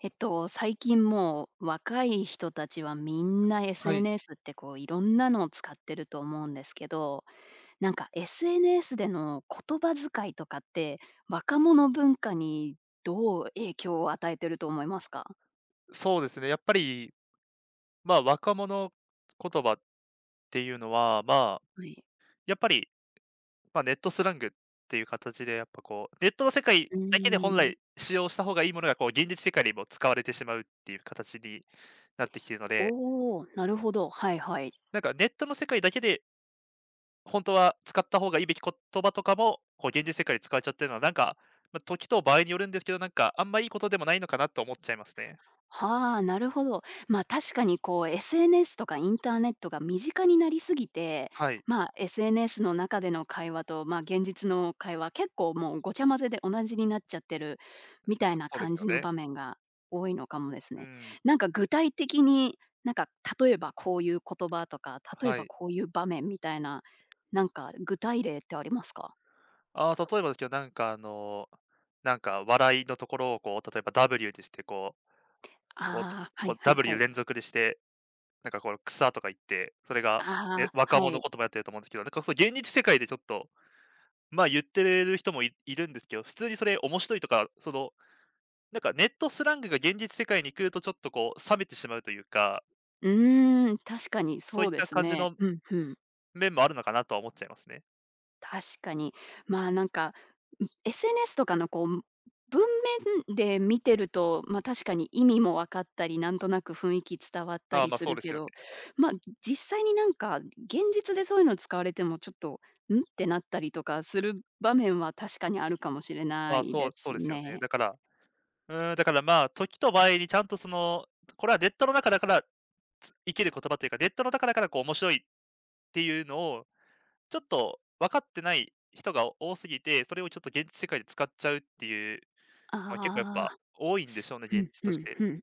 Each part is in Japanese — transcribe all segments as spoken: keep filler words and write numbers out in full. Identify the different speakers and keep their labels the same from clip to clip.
Speaker 1: えっと、最近もう若い人たちはみんな
Speaker 2: はい、
Speaker 1: エスエヌエス ってこういろんなのを使ってると思うんですけど、なんか エスエヌエス での言葉遣いとかって、若者文化にどう影響を与えてると思いますか？
Speaker 2: そうですね。やっぱり、まあ、若者言葉っていうのは、まあ、
Speaker 1: はい。
Speaker 2: やっぱり、まあ、ネットスラングっていう形で、やっぱこう、ネットの世界
Speaker 1: う
Speaker 2: だけで本
Speaker 1: ー
Speaker 2: 来
Speaker 1: ん。
Speaker 2: 使用した方がいいものが、こう、現実世界にも使われてしまうっていう形になってきているので、
Speaker 1: おお、なるほど。はいはい。
Speaker 2: なんかネットの世界だけで、本当は使った方がいいべき言葉とかも、こう、現実世界で使われちゃってるのは、なんか、まあ、時と場合によるんですけど、なんか、あんまいいことでもないのかなと思っちゃいますね。
Speaker 1: はあ、なるほど。まあ、確かにこう エスエヌエス とかインターネットが身近になりすぎて、
Speaker 2: はい。
Speaker 1: まあ、エスエヌエス の中での会話と、まあ、現実の会話、結構もうごちゃ混ぜで同じになっちゃってるみたいな
Speaker 2: そうです
Speaker 1: 感
Speaker 2: よ
Speaker 1: じの
Speaker 2: ね。
Speaker 1: 場面が多いのかもです
Speaker 2: う
Speaker 1: ね。
Speaker 2: ん。
Speaker 1: なんか具体的に、なんか例えばこういう言葉とか、例え
Speaker 2: は
Speaker 1: ば
Speaker 2: い。
Speaker 1: こういう場面みたいな、なんか具体例ってありますか？
Speaker 2: ああ、例えばですけど、なんかあの、なんか笑いのところをこう、例えば W でして、こうこう
Speaker 1: ああー、は
Speaker 2: こう
Speaker 1: いはいは
Speaker 2: W
Speaker 1: い。
Speaker 2: 連続でして、なんかこう草とか言って、それが、ね、
Speaker 1: ああ、
Speaker 2: 若
Speaker 1: は
Speaker 2: 者
Speaker 1: い。
Speaker 2: 言葉やってると思うんですけど、なんかそう現実世界でちょっと、まあ、言ってる人もいいるんですけど、普通にそれ面白いとか、その、なんかネットスラングが現実世界に来るとちょっとこう冷めてしまうというか、
Speaker 1: うーん、確かに
Speaker 2: そうい
Speaker 1: そ
Speaker 2: っ
Speaker 1: うで
Speaker 2: た
Speaker 1: す
Speaker 2: 感じ
Speaker 1: ね。
Speaker 2: の
Speaker 1: うん、うん。
Speaker 2: 面もあるのかなとは思っちゃいますね。
Speaker 1: 確かに。まあ、なんか、ん エスエヌエス とかのこう、文面で見てると、ま、確かに意味も分かったり、なんとなく雰囲気伝わった
Speaker 2: ああ、
Speaker 1: り
Speaker 2: まあ、
Speaker 1: す
Speaker 2: そう
Speaker 1: る
Speaker 2: です
Speaker 1: け
Speaker 2: よ
Speaker 1: ど、
Speaker 2: ね。
Speaker 1: ま、実際になんか、現実でそういうの使われてもちょっと、ん？ってなったりとかする場面は確かにあるかもしれ
Speaker 2: ま
Speaker 1: な
Speaker 2: あ、
Speaker 1: い
Speaker 2: そ
Speaker 1: で
Speaker 2: うそう
Speaker 1: す
Speaker 2: ですよね。
Speaker 1: ね。
Speaker 2: だからうん、だからまあ、時と場合にちゃんとその、これはネットの中だから、つ生きる言葉というか、ネットの中だからこう面白いっていうのを、ちょっと分かってない人が多すぎて、それをちょっと現実世界で使っちゃうっていうのは結構やっ
Speaker 1: あ
Speaker 2: ぱ
Speaker 1: あ、
Speaker 2: 多いんでしょうね、
Speaker 1: ふ
Speaker 2: 現
Speaker 1: ん
Speaker 2: 実
Speaker 1: ふ
Speaker 2: とし
Speaker 1: ん
Speaker 2: て。
Speaker 1: ふん。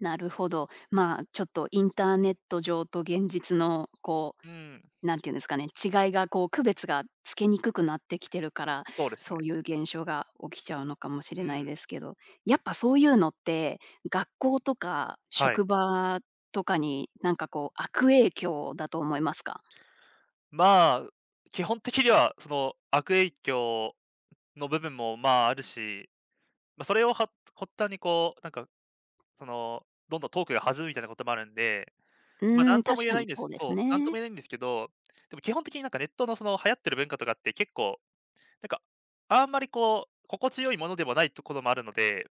Speaker 1: なるほど。まあ、ちょっとインターネット上と現実のこ
Speaker 2: うん、
Speaker 1: うなんていうんですかね、違いがこう区別がつけにくくなってきてるから、
Speaker 2: そうですね。
Speaker 1: そういう現象が起きちゃうのかもし
Speaker 2: う
Speaker 1: れない
Speaker 2: ん、
Speaker 1: ですけど、やっぱそういうのって、学校とか
Speaker 2: はい。
Speaker 1: 職場とかになんかこう悪影響だと思いますか？
Speaker 2: まあ、基本的にはその悪影響の部分もまああるし、まあ、それをは発端にこう、なんかその、どんどんトークが弾むみたいなこともあるんで
Speaker 1: う
Speaker 2: まあ、
Speaker 1: ー
Speaker 2: な
Speaker 1: ん、
Speaker 2: んとも
Speaker 1: 確
Speaker 2: 言え
Speaker 1: か
Speaker 2: な
Speaker 1: に
Speaker 2: いんで
Speaker 1: そ
Speaker 2: す。
Speaker 1: うです
Speaker 2: そう、なんとも言
Speaker 1: ね。
Speaker 2: えないんですけど、でも基本的になんかネットのその流行ってる文化とかって結構、なんか、あんまりこう、心地よいものでもないところもあるので、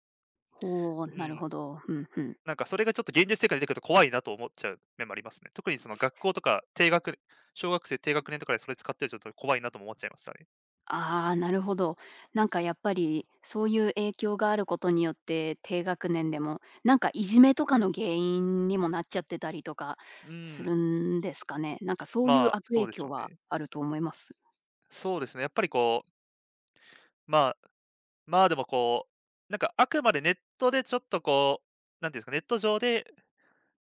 Speaker 1: ほう、
Speaker 2: う
Speaker 1: なる
Speaker 2: ん、
Speaker 1: ほど。うんうん。
Speaker 2: なんかそれがちょっと現実世界に出てくると怖いなと思っちゃう面もありますね。特にその学校とか低学小学生低学年とかでそれ使ってるとちょっと怖いなとも思っちゃいましたね。
Speaker 1: ああ、なるほど。なんかやっぱり、そういう影響があることによって、低学年でも、なんかいじめとかの原因にもなっちゃってたりとか
Speaker 2: う
Speaker 1: す
Speaker 2: ん、
Speaker 1: るんですかね？なんかそういう
Speaker 2: まあ、
Speaker 1: 悪
Speaker 2: そう
Speaker 1: 影
Speaker 2: でしょ
Speaker 1: 響
Speaker 2: う
Speaker 1: は
Speaker 2: ね。
Speaker 1: あると思います？
Speaker 2: そうですね、やっぱりこう、まあ、まあ、でもこう、なんかあくまでネットでちょっとこう、なんていうんですか、ネット上で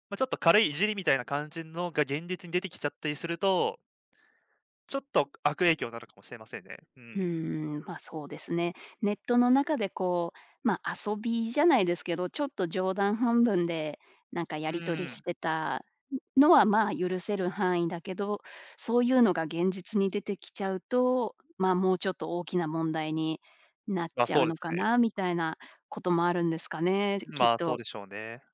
Speaker 2: まあ、ちょっと軽いいじりみたいな感じのが現実に出てきちゃったりすると、ちょっと悪影響になるかもしれませんね。う
Speaker 1: うー
Speaker 2: ん。
Speaker 1: ん、ま、そうですね。ネットの中でこう、ま、遊びじゃないですけど、ちょっと冗談半分でなんかや
Speaker 2: う
Speaker 1: り取りし
Speaker 2: ん。
Speaker 1: てたのは、まあ、許せる範囲だけど、そういうのが現実に出てきちゃうと、ま、もうちょっと大きな問題になっ
Speaker 2: ま、
Speaker 1: ちゃ
Speaker 2: そう
Speaker 1: う
Speaker 2: で
Speaker 1: のか
Speaker 2: すね。
Speaker 1: なみたいなこともあるんですかね、きっ
Speaker 2: まあ、そう
Speaker 1: と。
Speaker 2: でしょうね。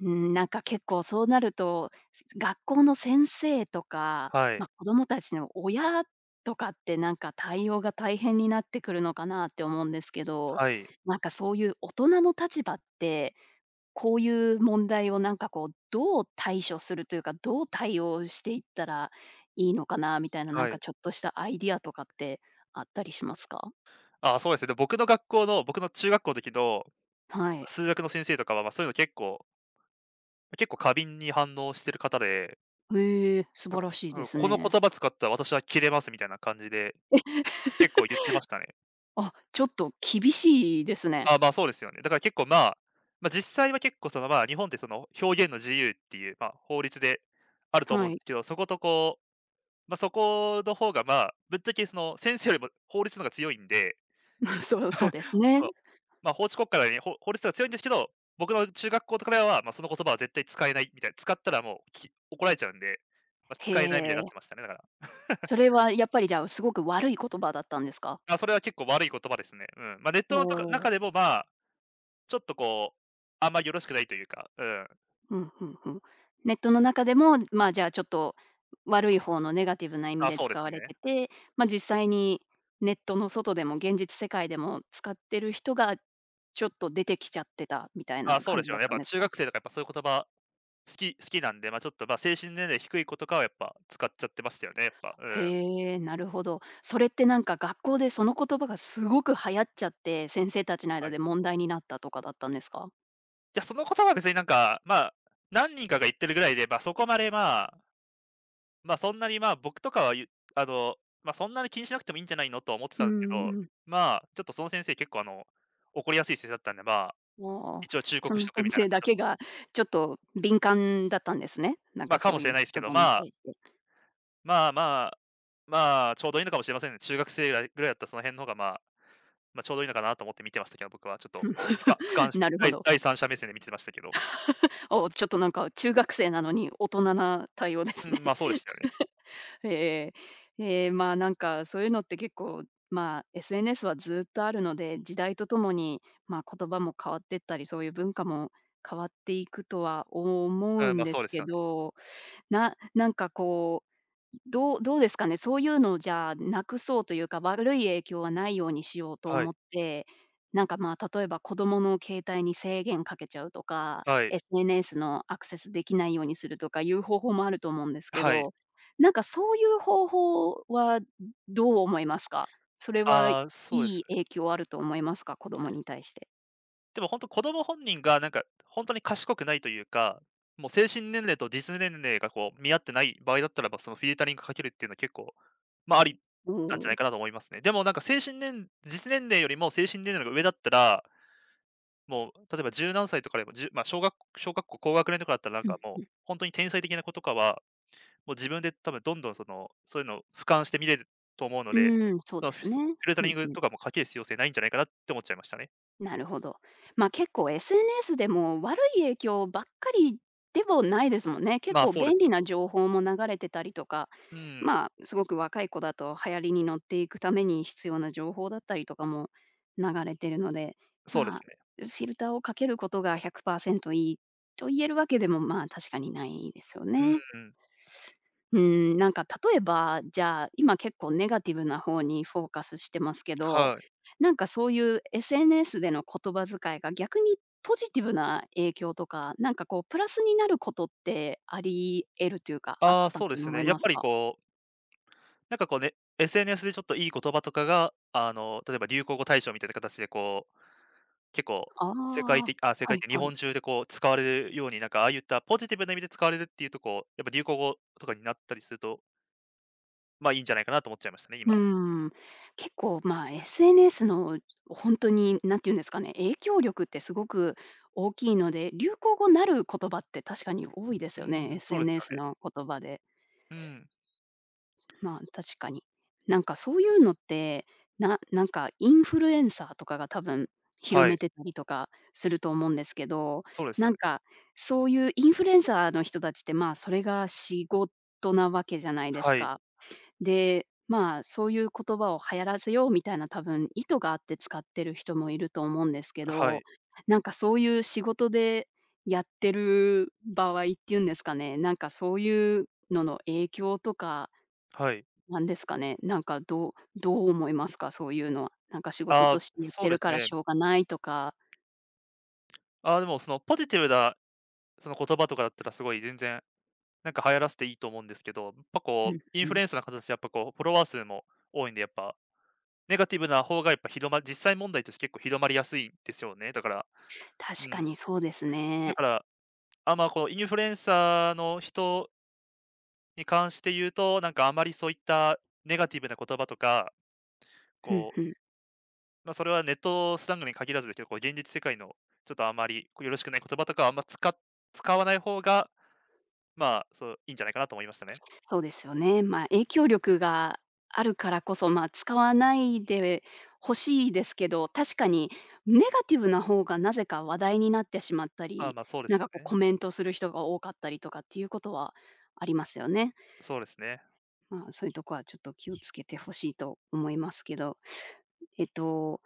Speaker 1: うん、なんか結構そうなると、学校の先生とか、
Speaker 2: は
Speaker 1: ま
Speaker 2: い。
Speaker 1: あ、子供たちの親とかってなんか対応が大変になってくるのかなって思うんですけど、
Speaker 2: はい。
Speaker 1: なんかそういう大人の立場って、こういう問題をなんかこう、どう対処するというか、どう対応していったらいいのかなみたいな、なん
Speaker 2: は
Speaker 1: か
Speaker 2: い。
Speaker 1: ちょっとしたアイディアとかってあったりしますか？
Speaker 2: ああ、そうですね。で、僕の学校の僕の中学校の時の
Speaker 1: はい。
Speaker 2: 数学の先生とかは、ま、そういうの結構結構過敏に反応してる方で、
Speaker 1: へえ、素晴らしいで
Speaker 2: あ、
Speaker 1: す
Speaker 2: この
Speaker 1: ね。
Speaker 2: 言葉使ったら私は切れますみたいな感じで、結構言ってましたね。
Speaker 1: あ、ちょっと厳しいですね。
Speaker 2: あ、まあ、そうですよね。だから結構、まあ、まあ、実際は結構、その、まあ、日本って、その、表現の自由っていう、まあ、法律であると思う
Speaker 1: は
Speaker 2: んで
Speaker 1: い。
Speaker 2: すけど、そこと、こう、まあ、そこの方が、まあ、ぶっちゃけ、その、先生よりも法律の方が強いんで、
Speaker 1: そう、そうですね。
Speaker 2: そう、まあ、法治国家なのに、法法律が強いんですけど、僕の中学校とかでは、ま、その言葉は絶対使えないみたいな、使ったらもう、き怒られちゃうんで、まあ、
Speaker 1: へ
Speaker 2: 使えないみたいになってま
Speaker 1: え。
Speaker 2: したね、だから。
Speaker 1: それはやっぱりじゃあ、すごく悪い言葉だったんですか？
Speaker 2: まあ、それは結構悪い言葉ですね。うん。まあ、ネッ
Speaker 1: お
Speaker 2: トのとか
Speaker 1: お
Speaker 2: 中
Speaker 1: ー、
Speaker 2: でも、まあ、ちょっと、こう、あんまりよろしくないというか、うん。
Speaker 1: うんうんうん。ネットの中でも、まあ、じゃあ、ちょっと悪い方のネガティブな意味
Speaker 2: あ、
Speaker 1: で
Speaker 2: そうで
Speaker 1: 使
Speaker 2: す
Speaker 1: われ
Speaker 2: ね。
Speaker 1: てて、ま、実際にネットの外でも現実世界でも使ってる人がちょっと出てきちゃってたみたい
Speaker 2: あ
Speaker 1: な
Speaker 2: あ、そう
Speaker 1: 感
Speaker 2: でし
Speaker 1: じ
Speaker 2: ょう
Speaker 1: だ
Speaker 2: ね。
Speaker 1: っ
Speaker 2: やっ
Speaker 1: たん
Speaker 2: ぱ
Speaker 1: です
Speaker 2: 中
Speaker 1: か？
Speaker 2: 学生とかやっぱそういう言葉、好き好きなんで、まあ、ちょっと、ま、精神年齢低い子とかはやっぱ使っちゃってましたよね、やっぱ。う
Speaker 1: へ
Speaker 2: ん。
Speaker 1: え、なるほど。それってなんか学校でその言葉がすごく流行っちゃって、先生たちの間
Speaker 2: はい。
Speaker 1: で問題になったとかだったんですか？
Speaker 2: いや、その言葉は別になんか、まあ、何人かが言ってるぐらいで、まあ、そこまで、まあまあ、そんなに、まあ、僕とかはゆあの、まあ、そんなに気にしなくてもいいんじゃないのとは思って
Speaker 1: うー
Speaker 2: たんですけど、
Speaker 1: うん
Speaker 2: まあ、ちょっとその先生結構あの、怒りやすい先生だったんで、まあ、
Speaker 1: もう、
Speaker 2: 一応忠
Speaker 1: そ
Speaker 2: 告し
Speaker 1: の
Speaker 2: とくみ
Speaker 1: 先
Speaker 2: たいな
Speaker 1: 生
Speaker 2: か
Speaker 1: だ
Speaker 2: た
Speaker 1: けがちょっと敏感だったんですね。なん
Speaker 2: まあ、
Speaker 1: か
Speaker 2: か
Speaker 1: そ
Speaker 2: も
Speaker 1: う
Speaker 2: し
Speaker 1: い
Speaker 2: れ
Speaker 1: う
Speaker 2: ないですけ
Speaker 1: 言
Speaker 2: ど、
Speaker 1: 葉に
Speaker 2: まあ
Speaker 1: 対して。
Speaker 2: まあまあまあ、ちょうどいいのかもしれませんね。中学生ぐらいぐらいだったらその辺の方が、まあまあ、ちょうどいいのかなと思って見てましたけど、僕はちょっと
Speaker 1: ふん
Speaker 2: こう、ふか俯瞰 して、
Speaker 1: なる
Speaker 2: だ
Speaker 1: ほ
Speaker 2: い
Speaker 1: ど。
Speaker 2: 第三者目線で見てましたけど。
Speaker 1: お、ちょっとなんか中学生なのに大人な対応で
Speaker 2: う
Speaker 1: すね。
Speaker 2: ん、まあ、そうで したよね。
Speaker 1: ええ。えーまあ、なんかそういうのって結構、まあ、エスエヌエス はずっとあるので、時代とともに、まあ、言葉も変わってったり、そういう文化も変わっていくとは思う
Speaker 2: うん、
Speaker 1: ん
Speaker 2: まあ、
Speaker 1: で
Speaker 2: そ
Speaker 1: す
Speaker 2: うです
Speaker 1: け
Speaker 2: よね。
Speaker 1: どななんかこう、どうどうですかね、そういうのをじゃあ、くそうというか、悪い影響はないようにしようと
Speaker 2: は
Speaker 1: 思
Speaker 2: い、
Speaker 1: って、なんか、まあ、例えば子供の携帯に制限かけちゃうとか、
Speaker 2: はい、
Speaker 1: エスエヌエス のアクセスできないようにするとかいう方法もあると思うんですけ
Speaker 2: はい。
Speaker 1: ど、なんかそういう方法はどう思いますか？それはい
Speaker 2: ああ、そうです
Speaker 1: い
Speaker 2: ね。
Speaker 1: 影響あると思いますか？子供に対して。
Speaker 2: でもほんと子供本人がなんか、ほんとに賢くないというか、もう精神年齢と実年齢がこう見合ってない場合だったらば、そのフィルタリングかけるっていうのは結構、まあ、あり
Speaker 1: お
Speaker 2: なんじゃない
Speaker 1: ー
Speaker 2: かなと思いますね。でもなんか精神年実年齢よりも精神年齢が上だったら、もう例えば十何歳とかでも、じゅまあ、小学小学校高学年とかだったらなん
Speaker 1: う
Speaker 2: か
Speaker 1: ん。
Speaker 2: もう、ほんとに天才的な子とかはもう自分で多分どんどんその、そういうのを俯瞰して見れると思うので、
Speaker 1: うん、そう
Speaker 2: その、
Speaker 1: で
Speaker 2: フィ
Speaker 1: すね。
Speaker 2: そフィルタ
Speaker 1: う
Speaker 2: リン
Speaker 1: ん
Speaker 2: グ
Speaker 1: うん。
Speaker 2: とかもかける必要性ないんじゃないかなって思っちゃいましたね。
Speaker 1: なるほど。ま、結構 エスエヌエス でも悪い影響ばっかりでもないですもんね。結
Speaker 2: まあ、
Speaker 1: 構
Speaker 2: そうです
Speaker 1: 便利
Speaker 2: ね。
Speaker 1: な情報も流れてたりとか、
Speaker 2: うん、
Speaker 1: まあ、すごく若い子だと流行りに乗っていくために必要な情報だったりとかも流れてるので、
Speaker 2: そうで
Speaker 1: ま
Speaker 2: す
Speaker 1: あ、
Speaker 2: ね。
Speaker 1: フィルターをかけることがひゃくパーセントいいと言えるわけでも、まあ、確かにないですよ
Speaker 2: うん
Speaker 1: ね。
Speaker 2: うん、
Speaker 1: うーん、なんか例えば、じゃあ、今結構ネガティブな方にフォーカスしてますけど、
Speaker 2: はい。
Speaker 1: なんかそういう エスエヌエス での言葉遣いが逆にポジティブな影響とか、なんかこうプラスになることってあり得るというか、あっ
Speaker 2: ああ、
Speaker 1: た
Speaker 2: そ
Speaker 1: と
Speaker 2: うです
Speaker 1: 思
Speaker 2: ね。
Speaker 1: い
Speaker 2: やっ
Speaker 1: ま
Speaker 2: ぱ
Speaker 1: す
Speaker 2: り
Speaker 1: か？
Speaker 2: こう、なんかこうね、エスエヌエス でちょっといい言葉とかが、あの、例えば流行語大賞みたいな形でこう、結構
Speaker 1: あ
Speaker 2: 世界
Speaker 1: あ、
Speaker 2: 的あ、世
Speaker 1: は
Speaker 2: 界
Speaker 1: い
Speaker 2: 的、日
Speaker 1: はい。
Speaker 2: 本中でこう使われるように、なんかああいったポジティブな意味で使われるっていうとこう、やっぱ流行語とかになったりすると、まあ、いいんじゃないかなと思っちゃいましたね、
Speaker 1: う
Speaker 2: 今。
Speaker 1: ーん。結構まあ エスエヌエス の本当にに何て言うんですかね、影響力ってすごく大きいので、流行語なる言葉って確かに多いで
Speaker 2: う
Speaker 1: すよね、
Speaker 2: ん、そうですよ
Speaker 1: エスエヌエス
Speaker 2: ね。
Speaker 1: の言葉で。
Speaker 2: うん。
Speaker 1: まあ、確かに。なんかそういうのって、ななんかインフルエンサーとかが多分広
Speaker 2: は
Speaker 1: め
Speaker 2: い、
Speaker 1: てたりとかすると思うんですけど、
Speaker 2: そうですよ
Speaker 1: なん
Speaker 2: ね。
Speaker 1: かそういうインフルエンサーの人たちって、まあ、それが仕事なわけじゃないです
Speaker 2: はい、
Speaker 1: か。で、まあ、そういう言葉を流行らせようみたいな多分意図があって使ってる人もいると思うんですけ
Speaker 2: は
Speaker 1: ど、
Speaker 2: い、
Speaker 1: なんかそういう仕事でやってる場合っていうんですかね、なんかそういうのの影響とか
Speaker 2: はい。
Speaker 1: なんですかね、なんかどうどう思いますか？そういうのは。なんか仕事
Speaker 2: あ
Speaker 1: と
Speaker 2: あ、
Speaker 1: してやっ
Speaker 2: そう
Speaker 1: て
Speaker 2: で
Speaker 1: る
Speaker 2: す
Speaker 1: から
Speaker 2: ね。
Speaker 1: しょうがないとか。
Speaker 2: ああ、でもそのポジティブなその言葉とかだったらすごい全然、なんか流行らせていいと思うんですけど、やっぱ
Speaker 1: うん
Speaker 2: こう、インフ
Speaker 1: う
Speaker 2: ル
Speaker 1: ん。
Speaker 2: エンサーの形でやっぱこう、フォロワー数も多いんで、やっぱ、ネガティブな方がやっぱ広ま実際問題として結構広まりやすいんですよね。だから、
Speaker 1: 確
Speaker 2: う
Speaker 1: か
Speaker 2: ん。
Speaker 1: にそうです
Speaker 2: だ
Speaker 1: ね。
Speaker 2: から、あんまこのインフルエンサーの人に関して言うと、なんかあまりそういったネガティブな言葉とか、
Speaker 1: うん
Speaker 2: こう
Speaker 1: うん。
Speaker 2: まあ、それはネットスラングに限らずですけど、こう現実世界のちょっとあまりよろしくない言葉とかはあんま使っ使わない方が、まあ、そう、いいんじゃないかなと思いましたね。
Speaker 1: そうですよね。まあ、影響力があるからこそ、まあ、使わないで欲しいですけど、確かにネガティブな方がなぜか話題になってしまった
Speaker 2: ああ、
Speaker 1: り、
Speaker 2: ま、そうです
Speaker 1: なん
Speaker 2: よ
Speaker 1: かこう
Speaker 2: ね。
Speaker 1: コメントする人が多かったりとかっていうことはありますよね。
Speaker 2: そうですね。
Speaker 1: まあ、そういうとこはちょっと気をつけてほしいと思いますけど。えっと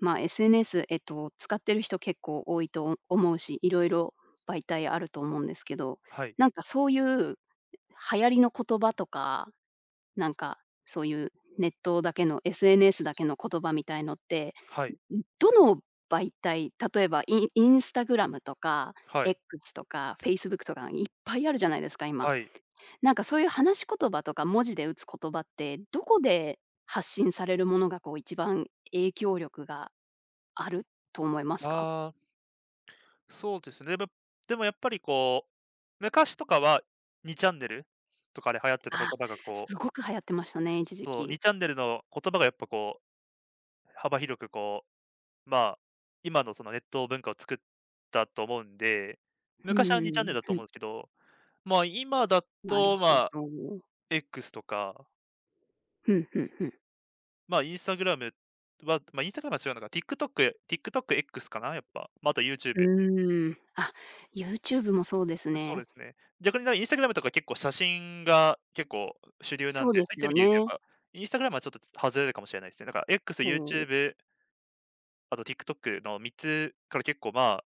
Speaker 1: まあ、エスエヌエス、えっと、使ってる人結構多いと思うし、いろいろ媒体あると思うんですけど、
Speaker 2: はい、
Speaker 1: なんかそういう流行りの言葉とか、なんかそういうネットだけの エスエヌエス だけの言葉みたいのって、
Speaker 2: はい、
Speaker 1: どの媒体、例えばインインスタグラムとか、
Speaker 2: はい、
Speaker 1: エックス とかフェイスブック とかいっぱいあるじゃないですか、今。
Speaker 2: はい。
Speaker 1: なんかそういう話し言葉とか文字で打つ言葉って、どこで発信されるものがこう一番影響力があると思いますか？
Speaker 2: ああ、そうですね。でもでもやっぱりこう、昔とかはにチャンネルとかで流行ってた言
Speaker 1: あ
Speaker 2: 葉がこ
Speaker 1: す
Speaker 2: う、
Speaker 1: ごく流行ってましたね、一時
Speaker 2: そう、に
Speaker 1: 期。
Speaker 2: チャンネルの言葉がやっぱこう、幅広くこう、まあ、今のそのネット文化を作ったと思うんで、
Speaker 1: う
Speaker 2: 昔はにチャンネル
Speaker 1: ん、
Speaker 2: だと
Speaker 1: ふ
Speaker 2: 思
Speaker 1: ん、
Speaker 2: うんですけど、まあ、今だ
Speaker 1: なる
Speaker 2: と、ま
Speaker 1: ほ
Speaker 2: あ、
Speaker 1: ど。
Speaker 2: X とか、
Speaker 1: ふんふんふん。
Speaker 2: まあ、インスタグラムは、まあ、インスタグラムは違うのか、TikTok、TikTokX かな、やっぱ。まあ、あと
Speaker 1: う
Speaker 2: YouTube。
Speaker 1: ーん、あ、YouTube もそうです
Speaker 2: そうで
Speaker 1: ね。
Speaker 2: すね。逆になんかインスタグラムとか結構写真が結構主流なん
Speaker 1: そう
Speaker 2: で、
Speaker 1: で
Speaker 2: そういっ
Speaker 1: す
Speaker 2: た意
Speaker 1: よ
Speaker 2: 味で言うと
Speaker 1: ね。
Speaker 2: やっぱ、インスタグラムはちょっと外れるかもしれないですね。なんか X、
Speaker 1: もう、
Speaker 2: YouTube、あと TikTok のみっつから結構まあ、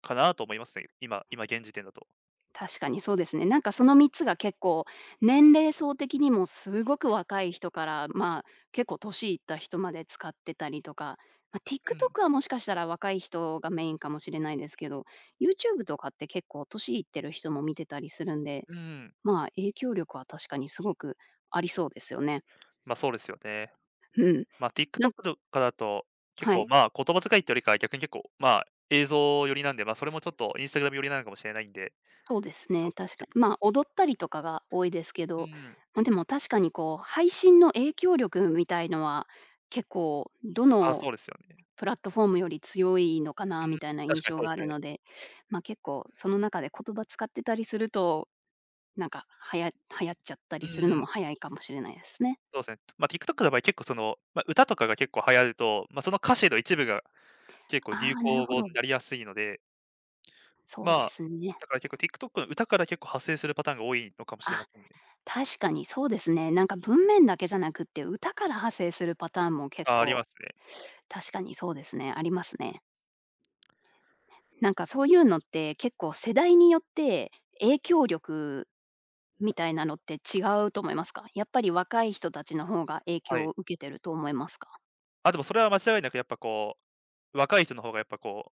Speaker 2: かなと思いますね。今、今現時点だと。
Speaker 1: 確かにそうですね。なんかそのみっつが結構、年齢層的にもすごく若い人から、まあ、結構年いった人まで使ってたりとか、ま、
Speaker 2: うん、
Speaker 1: ティックトック はもしかしたら若い人がメインかもしれないですけど、YouTube とかって結構年いってる人も見てたりするんで
Speaker 2: うん。
Speaker 1: まあ、影響力は確かにすごくありそうですよね。
Speaker 2: まあ、そうですよね。
Speaker 1: うん。
Speaker 2: まあ、TikTok
Speaker 1: なん
Speaker 2: とかだと、結
Speaker 1: は
Speaker 2: 構、
Speaker 1: い、
Speaker 2: まあ、言葉遣いってよりかは、逆に結構、まあ、映像寄りなんで、まあ、それもちょっと Instagram 寄りなのかもしれないんで、
Speaker 1: そうです
Speaker 2: そ
Speaker 1: ね、
Speaker 2: う、
Speaker 1: 確かに。まあ、踊ったりとかが多いですけ
Speaker 2: う
Speaker 1: ど、
Speaker 2: ん、
Speaker 1: まあ、でも確かにこう、配信の影響力みたいのは、結構ど
Speaker 2: あ、そ
Speaker 1: の
Speaker 2: うですよね。
Speaker 1: プラットフォームより強いのか
Speaker 2: う
Speaker 1: な
Speaker 2: ん、
Speaker 1: みたいな印
Speaker 2: 確かに
Speaker 1: 象
Speaker 2: そう
Speaker 1: が
Speaker 2: で
Speaker 1: あ
Speaker 2: す
Speaker 1: る
Speaker 2: ね。
Speaker 1: ので、ま、結構その中で言葉使ってたりすると、なんか、はや流行っちゃった
Speaker 2: う
Speaker 1: りするのも
Speaker 2: ん、
Speaker 1: 早いかもしれないですね。
Speaker 2: そうですね。まあ、TikTok の場合、結構その、まあ、歌とかが結構流行ると、まあ、その歌詞の一部が結構流
Speaker 1: ああ、なる
Speaker 2: 行
Speaker 1: ほ
Speaker 2: 語に
Speaker 1: ど。
Speaker 2: なりやすいので、
Speaker 1: そう
Speaker 2: ま
Speaker 1: で
Speaker 2: あ、
Speaker 1: すね。
Speaker 2: だから結構 TikTok の歌から結構派生するパターンが多いのかもしれ
Speaker 1: あ。
Speaker 2: ませんね。
Speaker 1: 確かにそうですね。なんか文面だけじゃなくって、歌から派生するパターンも結
Speaker 2: あ、ありま
Speaker 1: 構、
Speaker 2: すね。
Speaker 1: 確かにそうですね、あります
Speaker 2: うん、
Speaker 1: ね。なんかそういうのって結構世代によって影響力みたいなのって違うと思いますか？やっぱり若い人たちの方が影
Speaker 2: は
Speaker 1: 響
Speaker 2: い。
Speaker 1: を受けてると思いますか？
Speaker 2: あ、でもそれは間違いなくやっぱこう、若い人の方がやっぱこ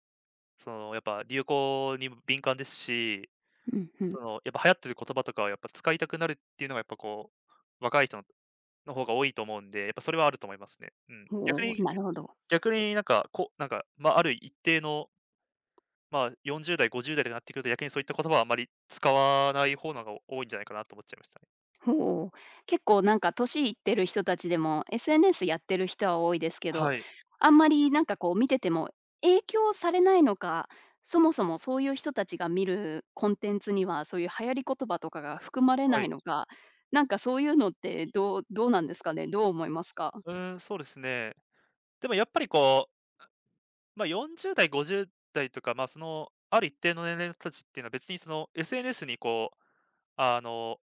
Speaker 2: うその、やっぱ流行に敏感ですし、
Speaker 1: うんう
Speaker 2: そ
Speaker 1: ん。
Speaker 2: の、やっぱ流行ってる言葉とかをやっぱ使いたくなるっていうのがやっぱこう、若い人のの方が多いと思うんで、やっぱそれはあると思いますね。うん。逆
Speaker 1: おお、
Speaker 2: に
Speaker 1: なるほど。
Speaker 2: 逆になんか、こう、なんか、まあ、ある一定の、まあ、よんじゅう代、ごじゅう代とかになってくると、逆にそういった言葉はあまり使わない方のが多いんじゃないかなと思っちゃいましたね。
Speaker 1: ほう。結構なんか年いってる人たちでも、エスエヌエス やってる人は多いですけど、
Speaker 2: はい、
Speaker 1: あんまりなんかこう見てても影響されないのか、そもそもそういう人たちが見るコンテンツには、そういう流行り言葉とかが含まれ
Speaker 2: は
Speaker 1: ない
Speaker 2: い。
Speaker 1: のか、なんかそういうのってどうどうなんですかね？どう思いますか？
Speaker 2: うーん、そうですね。でもやっぱりこう、まあ、よんじゅう代、ごじゅう代とか、まあ、その、ある一定の年齢の人たちっていうのは別にその エスエヌエス にこう、あの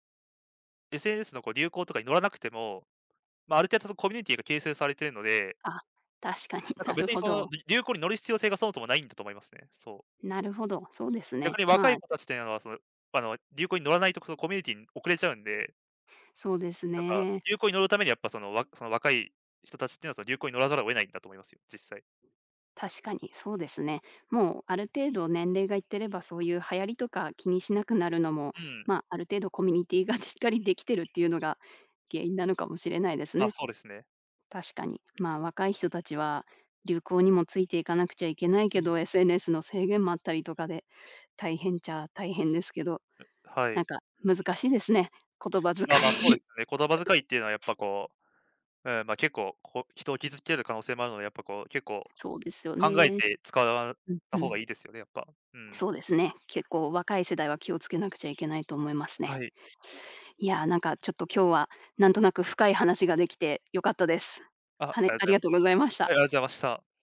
Speaker 2: エスエヌエス のこう流行とかに乗らなくても、まあ、ある程度そのコミュニティが形成されているので、
Speaker 1: あ、確かに、
Speaker 2: なん か
Speaker 1: な
Speaker 2: 別
Speaker 1: る
Speaker 2: に
Speaker 1: ほ
Speaker 2: その、
Speaker 1: ど。
Speaker 2: り流行に乗る必要性がそもそもないんだと思いますね。そう。
Speaker 1: なるほど、そうです
Speaker 2: 逆
Speaker 1: ね。
Speaker 2: に若
Speaker 1: ま
Speaker 2: い
Speaker 1: あ、
Speaker 2: 子たちっていうのは、その、あの、流行に乗らないとそのコミュニティに遅れちゃうんで、
Speaker 1: そうです
Speaker 2: なんか
Speaker 1: ね。
Speaker 2: 流行に乗るためにやっぱその、わその若い人たちっていうのはその流行に乗らざるを得ないんだと思いますよ、実際。
Speaker 1: 確かにそうですね。もうある程度年齢がいってればそういう流行りとか気にしなくなるのも、
Speaker 2: うん、
Speaker 1: まあ、ある程度コミュニティが しっかりできてるっていうのが原因なのかもしれないです
Speaker 2: ま、
Speaker 1: ね。
Speaker 2: そうですね。
Speaker 1: 確かに。まあ若い人たちは流行にもついていかなくちゃいけない
Speaker 2: う
Speaker 1: け
Speaker 2: ん、
Speaker 1: ど エスエヌエス の制限もあったりとかで大変っちゃ大変ですけど、
Speaker 2: は
Speaker 1: なん
Speaker 2: い。
Speaker 1: か難しいですね。言葉遣い。
Speaker 2: ま、ま、そうです ね。言葉遣いっていうのはやっぱこう、うん、ま、結構こう、人を傷つける可能性もあるので、やっぱこう結構
Speaker 1: そうですよ
Speaker 2: 考え
Speaker 1: ね。
Speaker 2: て使わっ
Speaker 1: うん
Speaker 2: た
Speaker 1: う
Speaker 2: 方
Speaker 1: ん。
Speaker 2: がいいですよね、やっぱ。うん。
Speaker 1: そうですね。結構若い世代は気をつけなくちゃいけないと思いますね。
Speaker 2: はい。
Speaker 1: いやー、なんかちょっと今日は、なんとなく深い話ができて良かったです。
Speaker 2: あ、
Speaker 1: は
Speaker 2: あ
Speaker 1: ね、
Speaker 2: りが
Speaker 1: あ
Speaker 2: とうござい
Speaker 1: り
Speaker 2: ま
Speaker 1: が
Speaker 2: す。
Speaker 1: とうございまし
Speaker 2: は
Speaker 1: た。
Speaker 2: い、ありがとうございました。